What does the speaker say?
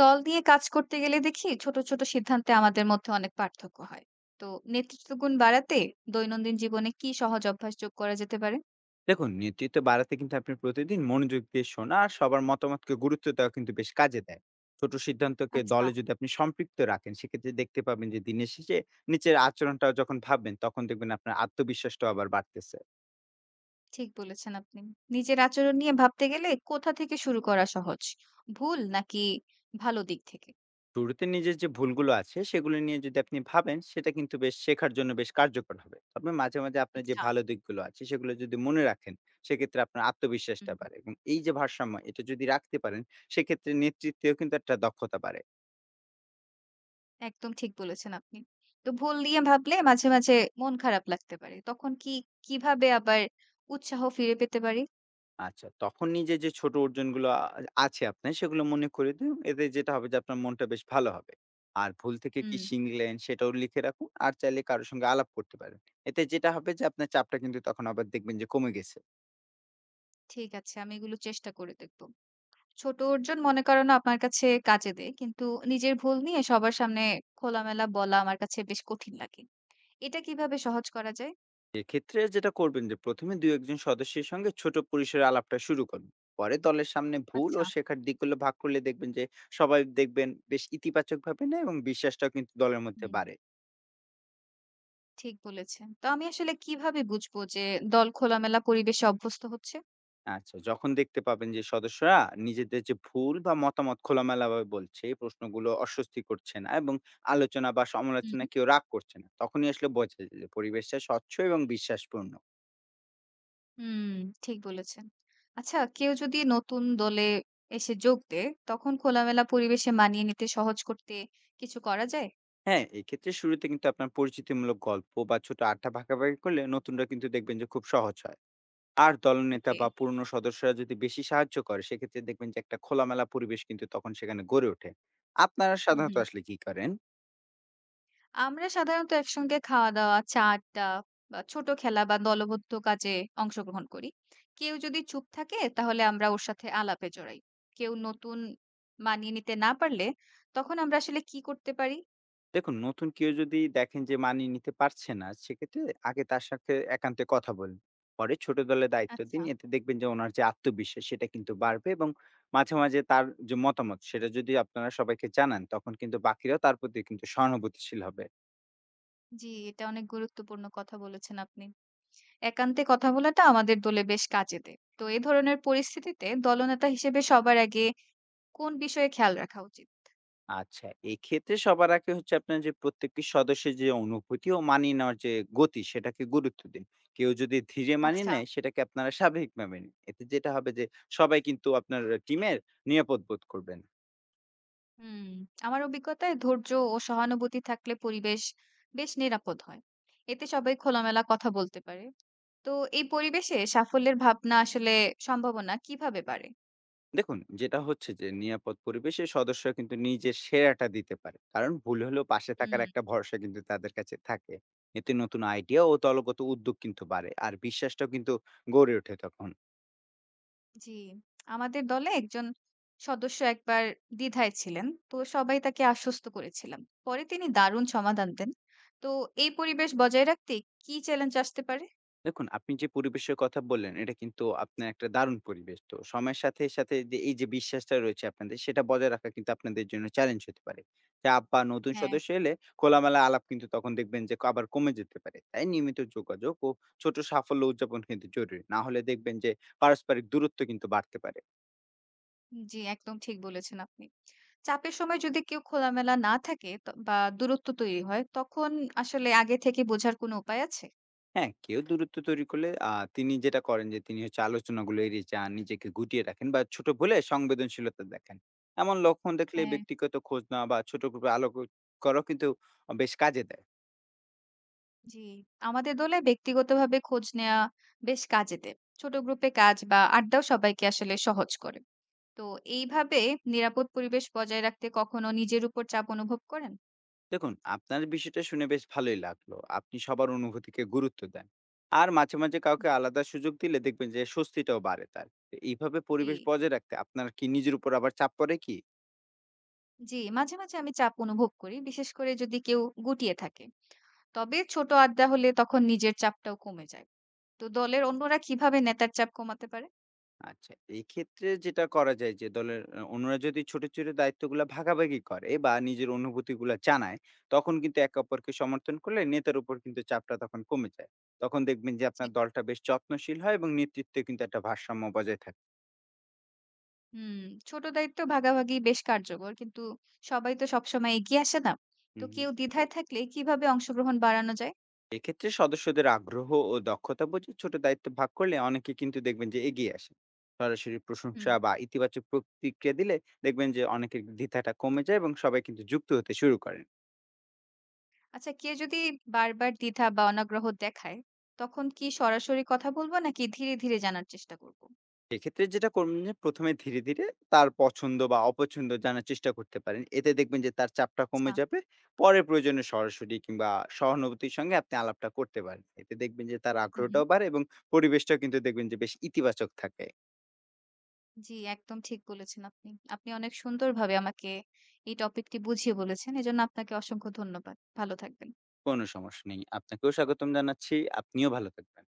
দল নিয়ে কাজ করতে গেলে দেখি ছোট ছোট সিদ্ধান্তে আমাদের মধ্যে অনেক পার্থক্য হয়। তো নেতৃত্ব গুণ বাড়াতে দৈনন্দিন জীবনে কি সহজ অভ্যাস যোগ করা যেতে পারে? দেখুন নেতৃত্ব বাড়াতে কিন্তু আপনি প্রতিদিন মনোযোগ দিয়ে শোনা আর সবার মতামতকে গুরুত্ব দেওয়া কিন্তু বেশ কাজে দেয়। ছোট সিদ্ধান্তকে আচ্ছা, দলে যদি আপনি সম্পৃক্ত রাখেন সেক্ষেত্রে দেখতে পাবেন যে দিনের শেষে নিচের আচরণটাও যখন ভাববেন তখন দেখবেন আপনার আত্মবিশ্বাসটাও আবার বাড়তেছে। ঠিক বলেছেন আপনি। নিজের আচরণ নিয়ে ভাবতে গেলে কোথা থেকে শুরু করা সহজ, ভুল নাকি ভালো দিক থেকে? শুরুতে নিজের যে ভুলগুলো আছে সেগুলো নিয়ে যদি আপনি ভাবেন সেটা কিন্তু বেশ শেখার জন্য বেশ কার্যকর হবে, তবে মাঝে মাঝে আপনার যে আচ্ছা। ভালো দিকগুলো আছে সেগুলো যদি মনে রাখেন সেক্ষেত্রে আপনার আত্মবিশ্বাসটা হুম, বাড়ে এবং এই যে ভারসাম্য এটা যদি রাখতে পারেন সেক্ষেত্রে নেতৃত্বেও কিন্তু একটা দক্ষতা বাড়ে। একদম ঠিক বলেছেন আপনি। তো ভুল নিয়ে ভাবলে মাঝে মাঝে মন খারাপ লাগতে পারে, তখন কি কিভাবে আবার উৎসাহ ফিরে পেতে পারি? আচ্ছা, তখন নিজের যে ছোট অর্জনগুলো আছে আপনার সেগুলো মনে করিয়ে দিন। এতে যেটা হবে যে আপনার মনটা বেশ ভালো হবে। আর ভুল থেকে কি হুম। শিখলেন সেটাও লিখে রাখুন। আর চাইলে কারো সঙ্গে আলাপ করতে পারেন। এতে যেটা হবে যে আপনার চাপটা কিন্তু তখন আবার দেখবেন যে কমে গেছে। ঠিক আছে, আমি এগুলো চেষ্টা করে দেখবো। ছোট অর্জন মনে করানো আমার কাছে কাজে দেয়। কিন্তু নিজের ভুল নিয়ে সবার সামনে খোলামেলা বলা আমার কাছে বেশ কঠিন লাগে। এটা কিভাবে সহজ করা যায়? এক্ষেত্রে যেটা করবেন যে ১ম এ ২-১ জন সদস্যের সঙ্গে ছোট পরিসরে আলাপটা শুরু করুন। পরে দলের সামনে ভুল ও আচ্ছা। শেখার দিকগুলো ভাগ করলে দেখবেন যে সবাই দেখবেন বেশ ইতিবাচকভাবে নেয় এবং বিশ্বাসটাও কিন্তু দলের মধ্যে হুম, বাড়ে। ঠিক বলেছেন। তো আমি আসলে কিভাবে বুঝবো যে দল খোলামেলা পরিবেশে অভ্যস্ত হচ্ছে? আচ্ছা, যখন দেখতে পাবেন যে সদস্যরা নিজেদের যে ভুল বা মতামত খোলামেলাভাবে বলছে, এই প্রশ্নগুলো অস্বস্তি করছে না এবং আলোচনা বা সমালোচনা হুম। কেউ রাগ করছে না, তখনই আসলে বোঝা যায় যে পরিবেশটা স্বচ্ছ এবং বিশ্বাসপূর্ণ। হুম, ঠিক বলেছেন। আচ্ছা, কেউ যদি নতুন দলে এসে যোগ দেয়, তখন খোলামেলা পরিবেশে মানিয়ে নিতে সহজ করতে কিছু করা যায়? হ্যাঁ, এক্ষেত্রে শুরুতে কিন্তু আপনার পরিচিতিমূলক গল্প বা ছোট আড্ডা ভাগাভাগি করলে নতুনরা কিন্তু দেখবেন যে খুব সহজ হয়। আর দলনেতা ওকে। বা পুরনো সদস্যরা যদি বেশি সাহায্য করে, সেক্ষেত্রে দেখবেন যে একটা খোলামেলা পরিবেশ কিন্তু তখন সেখানে গড়ে ওঠে। আপনারা সাধারণত হুম, আসলে কি করেন? আমরা সাধারণত একসঙ্গে খাওয়া-দাওয়া, চা-আড্ডা বা ছোট খেলা বা দলবদ্ধ কাজে অংশগ্রহণ করি। কেউ যদি চুপ থাকে তাহলে আমরা ওর সাথে আলাপে জড়াই। কেউ নতুন মানিয়ে নিতে না পারলে তখন আমরা আসলে কি করতে পারি? দেখুন, নতুন কেউ যদি দেখেন যে মানিয়ে নিতে পারছে না, সেক্ষেত্রে আগে তার সাথে একান্তে কথা বলুন। পরে ছোট দলে দায়িত্ব দিন। আচ্ছা। এতে দেখবেন যে ওনার যে আত্মবিশ্বাস সেটা কিন্তু বাড়বে এবং মাঝে, মাঝে তার যে মতামত সেটা যদি আপনারা সবাইকে জানান, তখন কিন্তু বাকিরাও তার প্রতি কিন্তু সহানুভূতিশীল হবে। জি, এটা অনেক গুরুত্বপূর্ণ কথা বলেছেন আপনি। একান্তে কথা বলাটা আমাদের দলে বেশ কাজে দেয়। তো এ ধরনের পরিস্থিতিতে দলনেতা হিসেবে সবার আগে কোন বিষয়ে খেয়াল রাখা উচিত? আচ্ছা, এক্ষেত্রে সবার আগে হচ্ছে আপনার যে প্রত্যেকটি সদস্যের যে অনুভূতি ও মানিয়ে নেওয়ার যে গতি সেটাকে গুরুত্ব দিন। কেউ যদি ধীরে মানিয়ে আচ্ছা। নেয় সেটাকে আপনারা স্বাভাবিক ভাবে নিন। এতে যেটা হবে যে সবাই কিন্তু আপনার টিমের নিরাপদ বোধ করবেন। হুম, আমার অভিজ্ঞতায় ধৈর্য ও সহানুভূতি থাকলে পরিবেশ বেশ নিরাপদ হয়। এতে সবাই খোলামেলা কথা বলতে পারে। তো এই পরিবেশে সাফল্যের ভাবনা আসলে সম্ভাবনা কিভাবে বাড়ে? দেখুন যেটা হচ্ছে যে নিরাপদ পরিবেশে সদস্যরা কিন্তু নিজের সেরাটা দিতে পারে, কারণ ভুল হলেও পাশে থাকার হুম, একটা ভরসা কিন্তু তাদের কাছে থাকে। এতে নতুন আইডিয়া ও দলগত উদ্যোগ কিন্তু বাড়ে আর বিশ্বাসটাও কিন্তু গড়ে ওঠে তখন। জি। আমাদের দলে একজন সদস্য একবার দ্বিধায় ছিলেন। তো সবাই তাকে আশ্বস্ত করেছিলাম। পরে তিনি দারুণ সমাধান দেন। তো এই পরিবেশ বজায় রাখতে কি চ্যালেঞ্জ আসতে পারে? দেখুন, আপনি যে পরিবেশের কথা বললেন, এটা কিন্তু আপনার একটা দারুণ পরিবেশ। তো সময়ের সাথে, সাথে যে এই যে বিশ্বাসটা রয়েছে আপনাদের, সেটা বজায় রাখা কিন্তু আপনাদের জন্য চ্যালেঞ্জ হতে পারে। চাপ বা নতুন হ্যাঁ। সদস্য এলে খোলামেলা আলাপ কিন্তু তখন দেখবেন যে আবার কমে যেতে পারে। তাই নিয়মিত যোগাযোগ ও ছোট সাফল্য উদযাপন কিন্তু জরুরি। না হলে দেখবেন যে পারস্পরিক দূরত্ব কিন্তু বাড়তে পারে। জি, একদম ঠিক বলেছেন আপনি। চাপের সময় যদি কেউ খোলামেলা না থাকে ত বা দূরত্ব তৈরি হয়, তখন আসলে আগে থেকে বোঝার কোনো উপায় আছে? হ্যাঁ, কেউ দূরত্ব তৈরি করলে তিনি যেটা করেন যে তিনি হচ্ছে আলোচনাগুলো এড়িয়ে যান, নিজেকে গুটিয়ে রাখেন বা ছোট ভুলে সংবেদনশীলতা দেখান। এমন লক্ষণ দেখলে হ্যাঁ। ব্যক্তিগত খোঁজ নেওয়া বা ছোট গ্রুপে আলোক করাও কিন্তু বেশ কাজে দেয়। জি, আমাদের দলে ব্যক্তিগতভাবে খোঁজ নেওয়া বেশ কাজে দেয়। ছোট গ্রুপে কাজ বা আড্ডাও সবাইকে আসলে সহজ করে। তো এইভাবে নিরাপদ পরিবেশ বজায় রাখতে কখনো নিজের উপর চাপ অনুভব করেন? দেখুন, আপনার বিষয়টা শুনে বেশ ভালোই লাগলো। আপনি সবার অনুভূতিকে গুরুত্ব দেন। আর মাঝে, মাঝে কাউকে আলাদা সুযোগ দিলে দেখবেন যে স্বস্তিটাও বাড়ে তার। তো এইভাবে জি, পরিবেশ বজায় রাখতে আপনার কি নিজের উপর আবার চাপ পড়ে কি? জি, মাঝে, মাঝে আমি চাপ অনুভব করি, বিশেষ করে যদি কেউ গুটিয়ে থাকে। তবে ছোট আড্ডা হলে তখন নিজের চাপটাও কমে যায়। তো দলের অন্যরা কিভাবে নেতার চাপ কমাতে পারে? আচ্ছা, এক্ষেত্রে যেটা করা যায় যে দলের অন্যরা যদি ছোট, ছোট দায়িত্বগুলা ভাগাভাগি করে বা নিজের অনুভূতিগুলা জানায়, তখন কিন্তু একে অপরকে সমর্থন করলে নেতার উপর কিন্তু চাপটা তখন কমে যায়। তখন দেখবেন যে জি। আপনার দলটা বেশ যত্নশীল হয় এবং নেতৃত্বে কিন্তু একটা ভারসাম্য বজায় থাকে। হুম, ছোট দায়িত্ব ভাগাভাগি বেশ কার্যকর। কিন্তু সবাই তো সবসময় এগিয়ে আসে না। হুম, তো হুম। কেউ দ্বিধায় থাকলে কিভাবে অংশগ্রহণ বাড়ানো যায়? এক্ষেত্রে সদস্যদের আগ্রহ ও দক্ষতা বুঝে ছোট দায়িত্ব ভাগ করলে অনেকে কিন্তু দেখবেন যে এগিয়ে আসে। সরাসরি হুম, প্রশংসা বা ইতিবাচক প্রতিক্রিয়া দিলে দেখবেন যে অনেকের দ্বিধাটা কমে যায় এবং সবাই কিন্তু যুক্ত হতে শুরু করেন। আচ্ছা, কেউ যদি বারবার দ্বিধা বা অনাগ্রহ দেখায়, তখন কি সরাসরি কথা বলবো নাকি ধীরে, ধীরে জানার চেষ্টা করব? এক্ষেত্রে যেটা করবেন যে, ১ম এ ধীরে, ধীরে তার পছন্দ বা অপছন্দ জানার চেষ্টা করতে পারেন। এতে দেখবেন যে তার চাপটা আচ্ছা, কমে যাবে। পরে প্রয়োজনে সরাসরি কিংবা সহানুভূতির সঙ্গে আপনি আলাপটা করতে পারেন। এতে দেখবেন যে তার হুম, হুম। আগ্রহটাও বাড়ে এবং পরিবেশটাও কিন্তু দেখবেন যে বেশ ইতিবাচক থাকে। জি, একদম ঠিক বলেছেন আপনি। আপনি অনেক সুন্দরভাবে আমাকে এই টপিকটি বুঝিয়ে বলেছেন। এজন্য আপনাকে অসংখ্য ধন্যবাদ। ভালো থাকবেন। কোনো সমস্যা নেই। আপনাকেও স্বাগতম জানাচ্ছি। আপনিও ভালো থাকবেন।